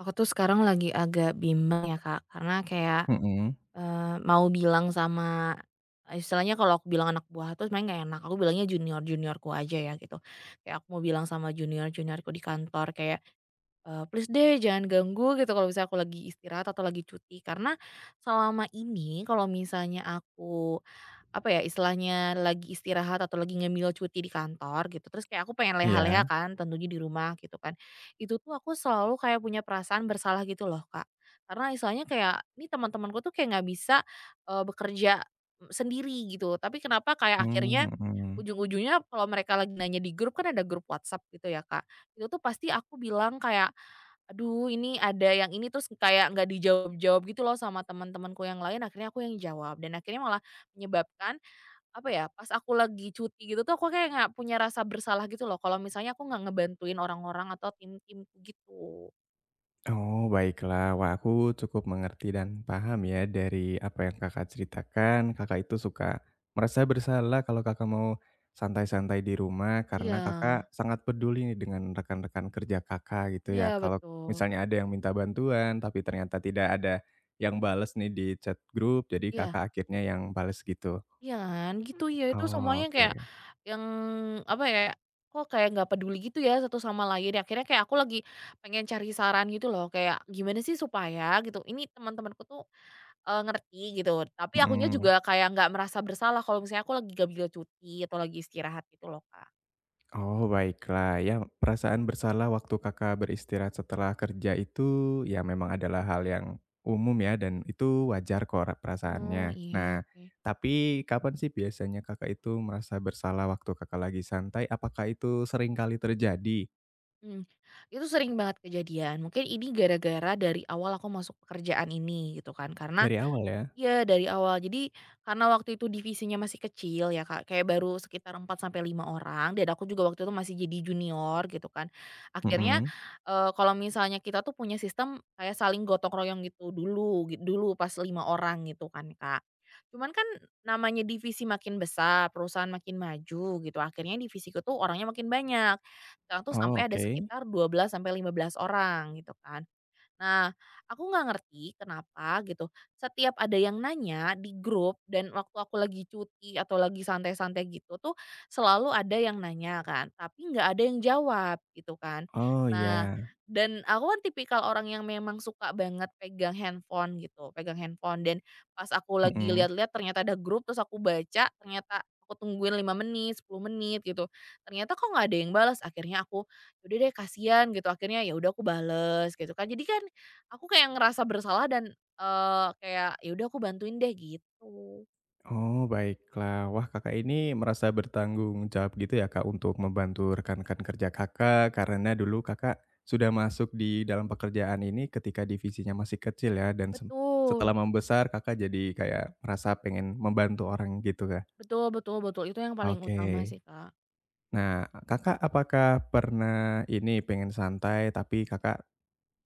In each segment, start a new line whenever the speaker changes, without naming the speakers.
Aku tuh sekarang lagi agak bimbang ya Kak, karena kayak,
Mhm,
mau bilang sama istilahnya kalau aku bilang anak buah tuh sebenarnya nggak enak, aku bilangnya junior-juniorku aja ya gitu. Kayak aku mau bilang sama junior-juniorku di kantor kayak, "Please deh jangan ganggu," gitu kalau misalnya aku lagi istirahat atau lagi cuti. Karena selama ini kalau misalnya aku apa ya, istilahnya lagi istirahat atau lagi ngemil cuti di kantor gitu, terus kayak aku pengen leha-leha
iya,
kan tentunya di rumah gitu kan. Itu tuh aku selalu kayak punya perasaan bersalah gitu loh, Kak. Karena istilahnya kayak ini teman-temanku tuh kayak nggak bisa, bekerja, sendiri gitu, tapi kenapa kayak akhirnya
mhm.
ujung-ujungnya kalau mereka lagi nanya di grup, kan ada grup WhatsApp gitu ya, Kak. Itu tuh pasti aku bilang kayak, "Aduh ini ada yang ini," terus kayak nggak dijawab-jawab gitu loh sama teman-temanku yang lain, akhirnya aku yang jawab dan akhirnya malah menyebabkan apa ya, pas aku lagi cuti gitu tuh aku kayak nggak punya rasa bersalah gitu loh kalau misalnya aku nggak ngebantuin orang-orang atau tim-timku gitu.
Oh, baiklah. Wah, aku cukup mengerti dan paham ya dari apa yang Kakak ceritakan. Kakak itu suka merasa bersalah kalau Kakak mau santai-santai di rumah
Iya
karena Kakak sangat peduli nih dengan rekan-rekan kerja Kakak gitu
iya
ya. Kalau
betul.
misalnya ada yang minta bantuan, tapi ternyata tidak ada yang bales nih di chat grup, jadi
Iya
Kakak akhirnya yang bales gitu.
iya kan, gitu ya itu
Oh,
semuanya
oke,
kayak yang apa ya, kok kayak nggak peduli gitu ya satu sama lain, akhirnya kayak aku lagi pengen cari saran gitu loh kayak gimana sih supaya gitu ini teman-temanku tuh, ngerti gitu, tapi akunya
mhm.
juga kayak nggak merasa bersalah kalau misalnya aku lagi gak ngambil cuti atau lagi istirahat gitu loh, Kak.
Oh, baiklah. Ya, perasaan bersalah waktu Kakak beristirahat setelah kerja itu ya memang adalah hal yang umum ya dan itu wajar kok
Oh
perasaannya.
iya,
Nah,
oke.
tapi kapan sih biasanya Kakak itu merasa bersalah waktu Kakak lagi santai? Apakah itu sering kali terjadi?
Mmm, itu sering banget kejadian. Mungkin ini gara-gara dari awal aku masuk pekerjaan ini gitu kan, karena
Dari awal ya?
iya, dari awal. Jadi, karena waktu itu divisinya masih kecil ya, Kak, kayak baru sekitar 4 sampai 5 orang, dan aku juga waktu itu masih jadi junior gitu kan. Akhirnya,
Mhm.
kalau misalnya kita tuh punya sistem kayak saling gotong royong gitu dulu pas 5 orang gitu kan, Kak. Cuman kan namanya divisi makin besar, perusahaan makin maju gitu, akhirnya divisiku tuh orangnya makin banyak. Sekarang tuh
Oh,
sampai ada
oke.
sekitar 12 sampai 15 orang gitu kan. Nah, aku nggak ngerti kenapa gitu, setiap ada yang nanya di grup dan waktu aku lagi cuti atau lagi santai-santai gitu tuh, selalu ada yang nanya kan, tapi nggak ada yang jawab gitu kan.
Oh,
Nah,
ya.
dan aku kan tipikal orang yang memang suka banget pegang handphone gitu, pegang handphone dan pas aku lagi lihat-lihat ternyata ada grup terus aku baca, ternyata aku tungguin 5 menit, 10 menit gitu. Ternyata kok nggak ada yang balas, akhirnya aku, "Ya udah deh kasihan," gitu, akhirnya ya udah aku balas gitu kan. Jadi kan aku kayak ngerasa bersalah dan, kayak, ya udah aku bantuin deh gitu.
Oh, baiklah. Wah, Kakak ini merasa bertanggung jawab gitu ya, Kak, untuk membantu rekan-rekan kerja Kakak karena dulu Kakak sudah masuk di dalam pekerjaan ini ketika divisinya masih kecil ya dan setelah
Betul.
membesar Kakak jadi kayak merasa pengen membantu orang gitu, Kak.
Betul betul betul, itu yang paling utama
Oke.
sih, Kak.
Nah, Kakak apakah pernah ini pengen santai tapi Kakak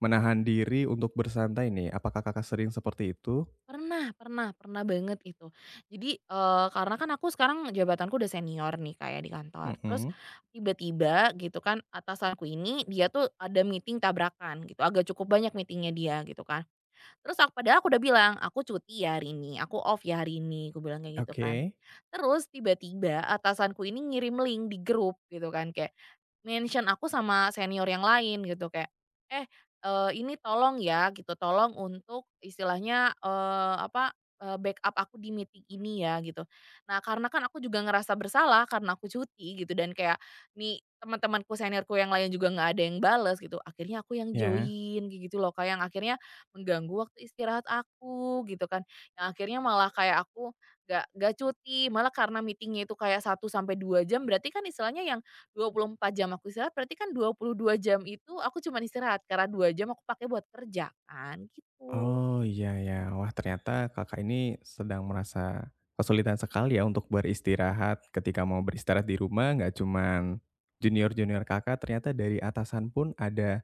menahan diri untuk bersantai nih? Apakah Kakak sering seperti itu?
Pernah pernah pernah banget itu. Jadi, karena kan aku sekarang jabatanku udah senior nih, kayak di kantor. Terus
Mhm.
tiba-tiba gitu kan atasanku ini dia tuh ada meeting tabrakan gitu, agak cukup banyak meetingnya dia gitu kan. Terus padahal aku udah bilang, "Aku cuti ya hari ini, aku off ya hari ini," aku bilang kayak gitu kan.
Oke.
Terus tiba-tiba atasanku ini ngirim link di grup gitu kan kayak mention aku sama senior yang lain gitu kayak, "Eh, ini tolong ya," gitu, "tolong untuk istilahnya, apa, backup aku di meeting ini ya," gitu. Nah, karena kan aku juga ngerasa bersalah karena aku cuti gitu dan kayak nih teman-temanku seniorku yang lain juga nggak ada yang bales gitu, akhirnya aku yang
Ya.
join kayak gitu loh, kayak yang akhirnya mengganggu waktu istirahat aku gitu kan. Yang akhirnya malah kayak aku nggak cuti, malah karena meetingnya itu kayak 1 sampai 2 jam berarti kan istilahnya yang 24 jam aku istirahat, berarti kan 22 jam itu aku cuman istirahat, karena 2 jam aku pakai buat kerja kan, gitu.
Oh, iya ya. Wah, ternyata Kakak ini sedang merasa kesulitan sekali ya untuk beristirahat. Ketika mau beristirahat di rumah nggak cuman junior-junior Kakak, ternyata dari atasan pun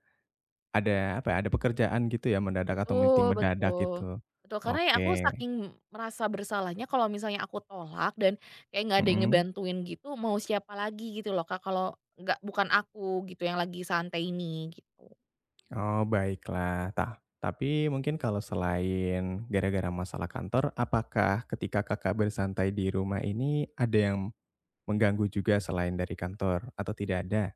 ada apa ya, ada pekerjaan gitu ya mendadak atau meeting
Betul
mendadak
betul.
gitu.
Betul, karena ya aku
Oke,
saking merasa bersalahnya kalau misalnya aku tolak dan kayak nggak ada yang
mhm.
ngebantuin gitu, mau siapa lagi gitu loh Kak, kalau nggak bukan aku gitu yang lagi santai ini, gitu.
Oh, baiklah. Tapi mungkin kalau selain gara-gara masalah kantor, apakah ketika Kakak bersantai di rumah ini ada yang mengganggu juga selain dari kantor atau tidak ada?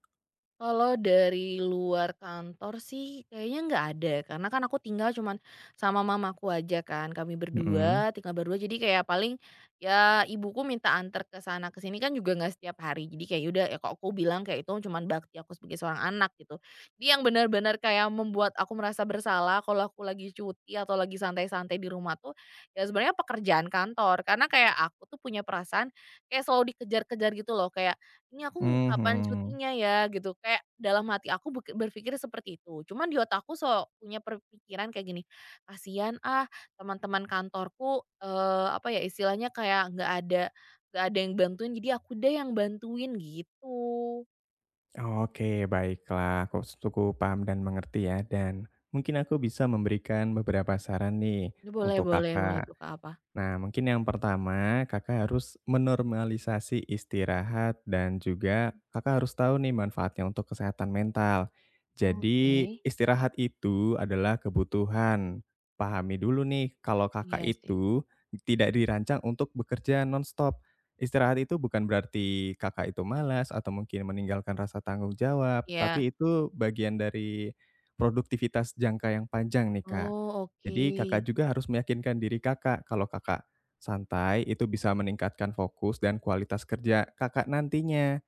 Kalau dari luar kantor sih kayaknya nggak ada, karena kan aku tinggal cuman sama mamaku aja kan, kami
Mhm.
berdua, tinggal berdua jadi kayak paling ya ibuku minta antar ke sana ke sini kan juga nggak setiap hari. Jadi kayak ya udah ya kok aku bilang kayak itu cuman bakti aku sebagai seorang anak gitu. Dia yang benar-benar kayak membuat aku merasa bersalah kalau aku lagi cuti atau lagi santai-santai di rumah tuh ya sebenarnya pekerjaan kantor. Karena kayak aku tuh punya perasaan kayak selalu dikejar-kejar gitu loh, kayak ini aku kapan
Mhm.
cutinya ya gitu, kayak dalam hati aku berpikir seperti itu. Cuman di otakku punya perpikiran kayak gini, "Kasihan ah teman-teman kantorku," apa ya istilahnya kayak nggak ada yang bantuin jadi aku deh yang bantuin gitu.
Oke, baiklah, aku cukup paham dan mengerti ya, dan mungkin aku bisa memberikan beberapa saran nih
Ini boleh
untuk
boleh boleh
Kakak.
tuh, Kak, apa?
Nah, mungkin yang pertama, Kakak harus menormalisasi istirahat dan juga Kakak harus tahu nih manfaatnya untuk kesehatan mental.
Oke,
Jadi, istirahat itu adalah kebutuhan. Pahami dulu nih kalau Kakak
iya sih,
itu tidak dirancang untuk bekerja nonstop. Istirahat itu bukan berarti Kakak itu malas atau mungkin meninggalkan rasa tanggung jawab,
iya.
tapi itu bagian dari produktivitas jangka yang panjang nih, Kak.
Oh oke.
Jadi Kakak juga harus meyakinkan diri Kakak kalau Kakak santai itu bisa meningkatkan fokus dan kualitas kerja Kakak nantinya.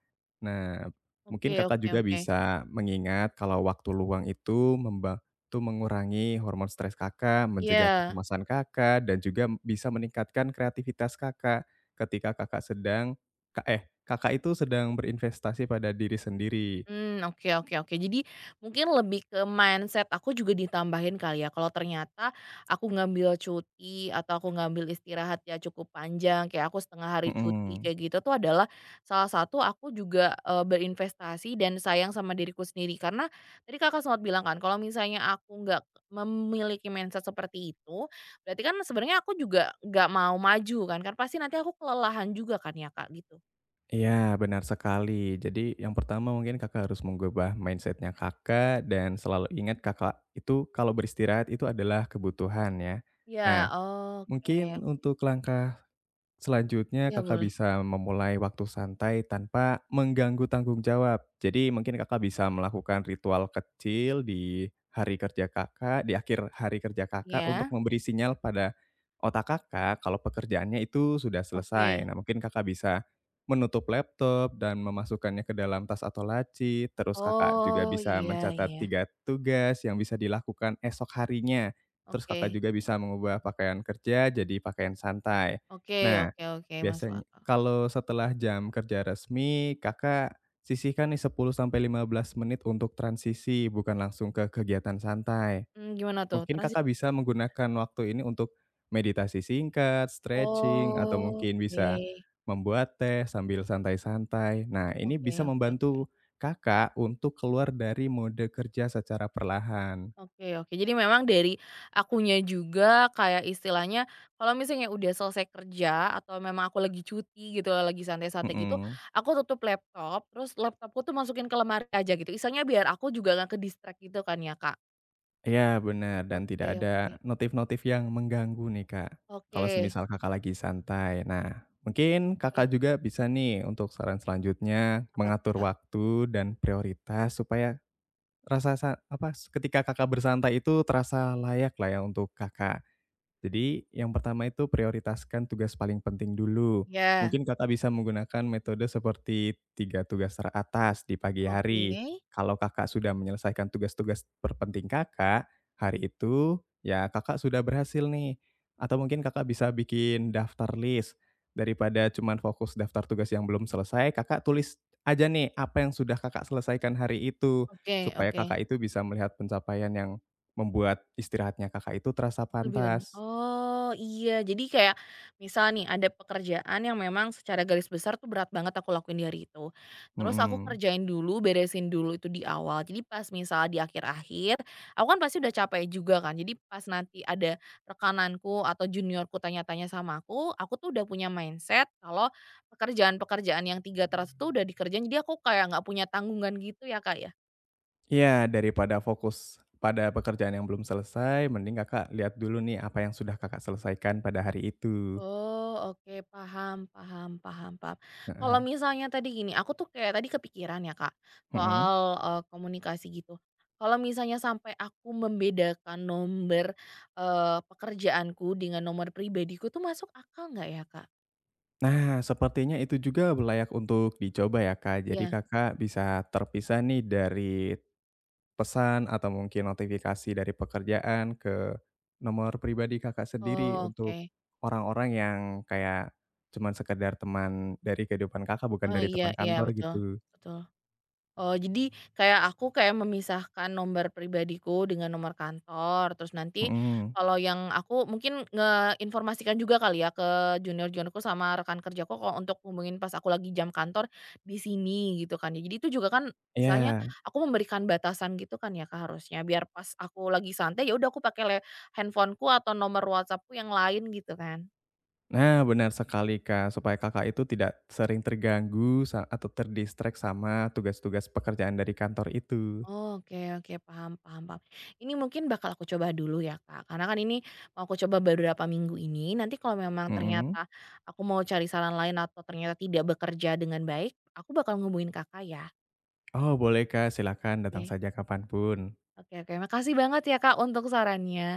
Nah, mungkin
Oke
Kakak
oke
juga
oke.
bisa mengingat kalau waktu luang itu membantu mengurangi hormon stres Kakak, mencegah
Iya.
kecemasan Kakak, dan juga bisa meningkatkan kreativitas Kakak ketika Kakak sedang Kakak itu sedang berinvestasi pada diri sendiri.
Hmm oke oke oke. Jadi mungkin lebih ke mindset aku juga ditambahin kali ya, kalau ternyata aku ngambil cuti atau aku ngambil istirahat ya cukup panjang, kayak aku setengah hari cuti
Mhm.
kayak gitu tuh adalah salah satu aku juga, berinvestasi dan sayang sama diriku sendiri. Karena tadi Kakak sempat bilang kan kalau misalnya aku nggak memiliki mindset seperti itu, berarti kan sebenarnya aku juga nggak mau maju kan, kan pasti nanti aku kelelahan juga kan ya, Kak, gitu?
Iya, benar sekali. Jadi yang pertama mungkin Kakak harus mengubah mindsetnya Kakak dan selalu ingat Kakak itu kalau beristirahat itu adalah kebutuhan ya.
Ya
Nah,
oke.
mungkin untuk langkah selanjutnya
Ya
Kakak
boleh.
bisa memulai waktu santai tanpa mengganggu tanggung jawab. Jadi mungkin Kakak bisa melakukan ritual kecil di hari kerja Kakak, di akhir hari kerja Kakak untuk
Ya.
memberi sinyal pada otak Kakak kalau pekerjaannya itu sudah selesai.
Oke.
Nah, mungkin Kakak bisa menutup laptop dan memasukkannya ke dalam tas atau laci. Terus Kakak juga
Oh,
bisa
iya
mencatat
iya.
tiga tugas yang bisa dilakukan esok harinya. Terus Kakak
Oke.
juga bisa mengubah pakaian kerja jadi pakaian santai.
Oke
Nah,
oke oke, masuk
biasanya
akal.
kalau setelah jam kerja resmi, Kakak sisihkan nih 10 sampai 15 menit untuk transisi, bukan langsung ke kegiatan santai.
Gimana tuh?
Mungkin
Transisi
Kakak bisa
itu gimana?
menggunakan waktu ini untuk meditasi singkat, stretching, atau mungkin
Oke.
bisa membuat teh sambil santai-santai. Nah, ini
Oke
bisa
oke oke.
membantu Kakak untuk keluar dari mode kerja secara perlahan.
Oke oke. Jadi memang dari akunya juga kayak istilahnya kalau misalnya udah selesai kerja atau memang aku lagi cuti gitu, lagi santai-santai gitu,
Mhm.
aku tutup laptop, terus laptopku tuh masukin ke lemari aja gitu. Istilahnya biar aku juga nggak ke-distract gitu kan ya, Kak.
Iya benar dan
Oke
tidak
oke.
ada notif-notif yang mengganggu nih, Kak, kalau
Oke.
semisal Kakak lagi santai. Nah, mungkin Kakak
Eh,
juga bisa nih untuk saran selanjutnya
apa tuh,
mengatur
Kak?
waktu dan prioritas supaya rasa sa apa, ketika Kakak bersantai itu terasa layak lah ya untuk Kakak. Jadi yang pertama itu prioritaskan tugas paling penting dulu.
Iya.
Mungkin Kakak bisa menggunakan metode seperti 3 tugas teratas di pagi
Oke.
hari. Kalau Kakak sudah menyelesaikan tugas-tugas terpenting Kakak, hari itu ya Kakak sudah berhasil nih. Atau mungkin Kakak bisa bikin daftar list. Daripada cuman fokus daftar tugas yang belum selesai, Kakak tulis aja nih apa yang sudah Kakak selesaikan hari itu.
Oke
Supaya
oke,
Kakak itu bisa melihat pencapaian yang membuat istirahatnya Kakak itu terasa
lebih
pantas.
oh iya, jadi kayak misal nih ada pekerjaan yang memang secara garis besar tuh berat banget aku lakuin di hari itu. Terus aku
Mhm.
kerjain dulu, beresin dulu itu di awal, jadi pas misal di akhir-akhir, aku kan pasti udah capek juga kan, jadi pas nanti ada rekananku atau juniorku tanya-tanya sama aku tuh udah punya mindset kalau pekerjaan-pekerjaan yang 3 terus tuh udah dikerjain, jadi aku kayak nggak punya tanggungan gitu ya, Kak, ya?
Iya, daripada fokus pada pekerjaan yang belum selesai, mending Kakak lihat dulu nih apa yang sudah Kakak selesaikan pada hari itu.
Oh, oke, paham paham paham paham. Kalau
Heeh,
misalnya tadi gini, aku tuh kayak tadi kepikiran ya, Kak,
mhm.
soal, komunikasi gitu. Kalau misalnya sampai aku membedakan nomor, pekerjaanku dengan nomor pribadiku tuh masuk akal nggak ya, Kak?
Nah, sepertinya itu juga layak untuk dicoba ya, Kak. Jadi
Iya,
Kakak bisa terpisah nih dari pesan atau mungkin notifikasi dari pekerjaan ke nomor pribadi Kakak sendiri
oh, oke.
untuk orang-orang yang kayak cuman sekedar teman dari kehidupan Kakak, bukan
Oh,
dari teman
iya iya,
kantor
betul
gitu.
betul. Oh, jadi kayak aku kayak memisahkan nomor pribadiku dengan nomor kantor, terus nanti
Mhm,
kalau yang aku mungkin ngeinformasikan juga kali ya ke junior-juniorku sama rekan kerjaku kalau untuk hubungin pas aku lagi jam kantor di sini gitu kan ya. Jadi itu juga kan misalnya
iya.
aku memberikan batasan gitu kan ya Kak harusnya biar pas aku lagi santai ya udah aku pakai handphoneku atau nomor WhatsAppku yang lain gitu kan.
Nah, benar sekali, Kak, supaya Kakak itu tidak sering terganggu atau sama tugas-tugas pekerjaan dari kantor itu.
Oke oke, paham paham paham. Ini mungkin bakal aku coba dulu ya, Kak, karena kan ini mau aku coba beberapa minggu ini, nanti kalau memang
Mhm.
ternyata aku mau cari saran lain atau ternyata tidak bekerja dengan baik, aku bakal ngubungin Kakak ya.
Oh, boleh, Kak, silakan datang
Oke.
saja kapanpun.
Oke oke, makasih banget ya, Kak, untuk sarannya.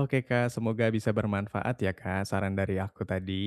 Oke, Kak, semoga bisa bermanfaat ya, Kak, saran dari aku tadi.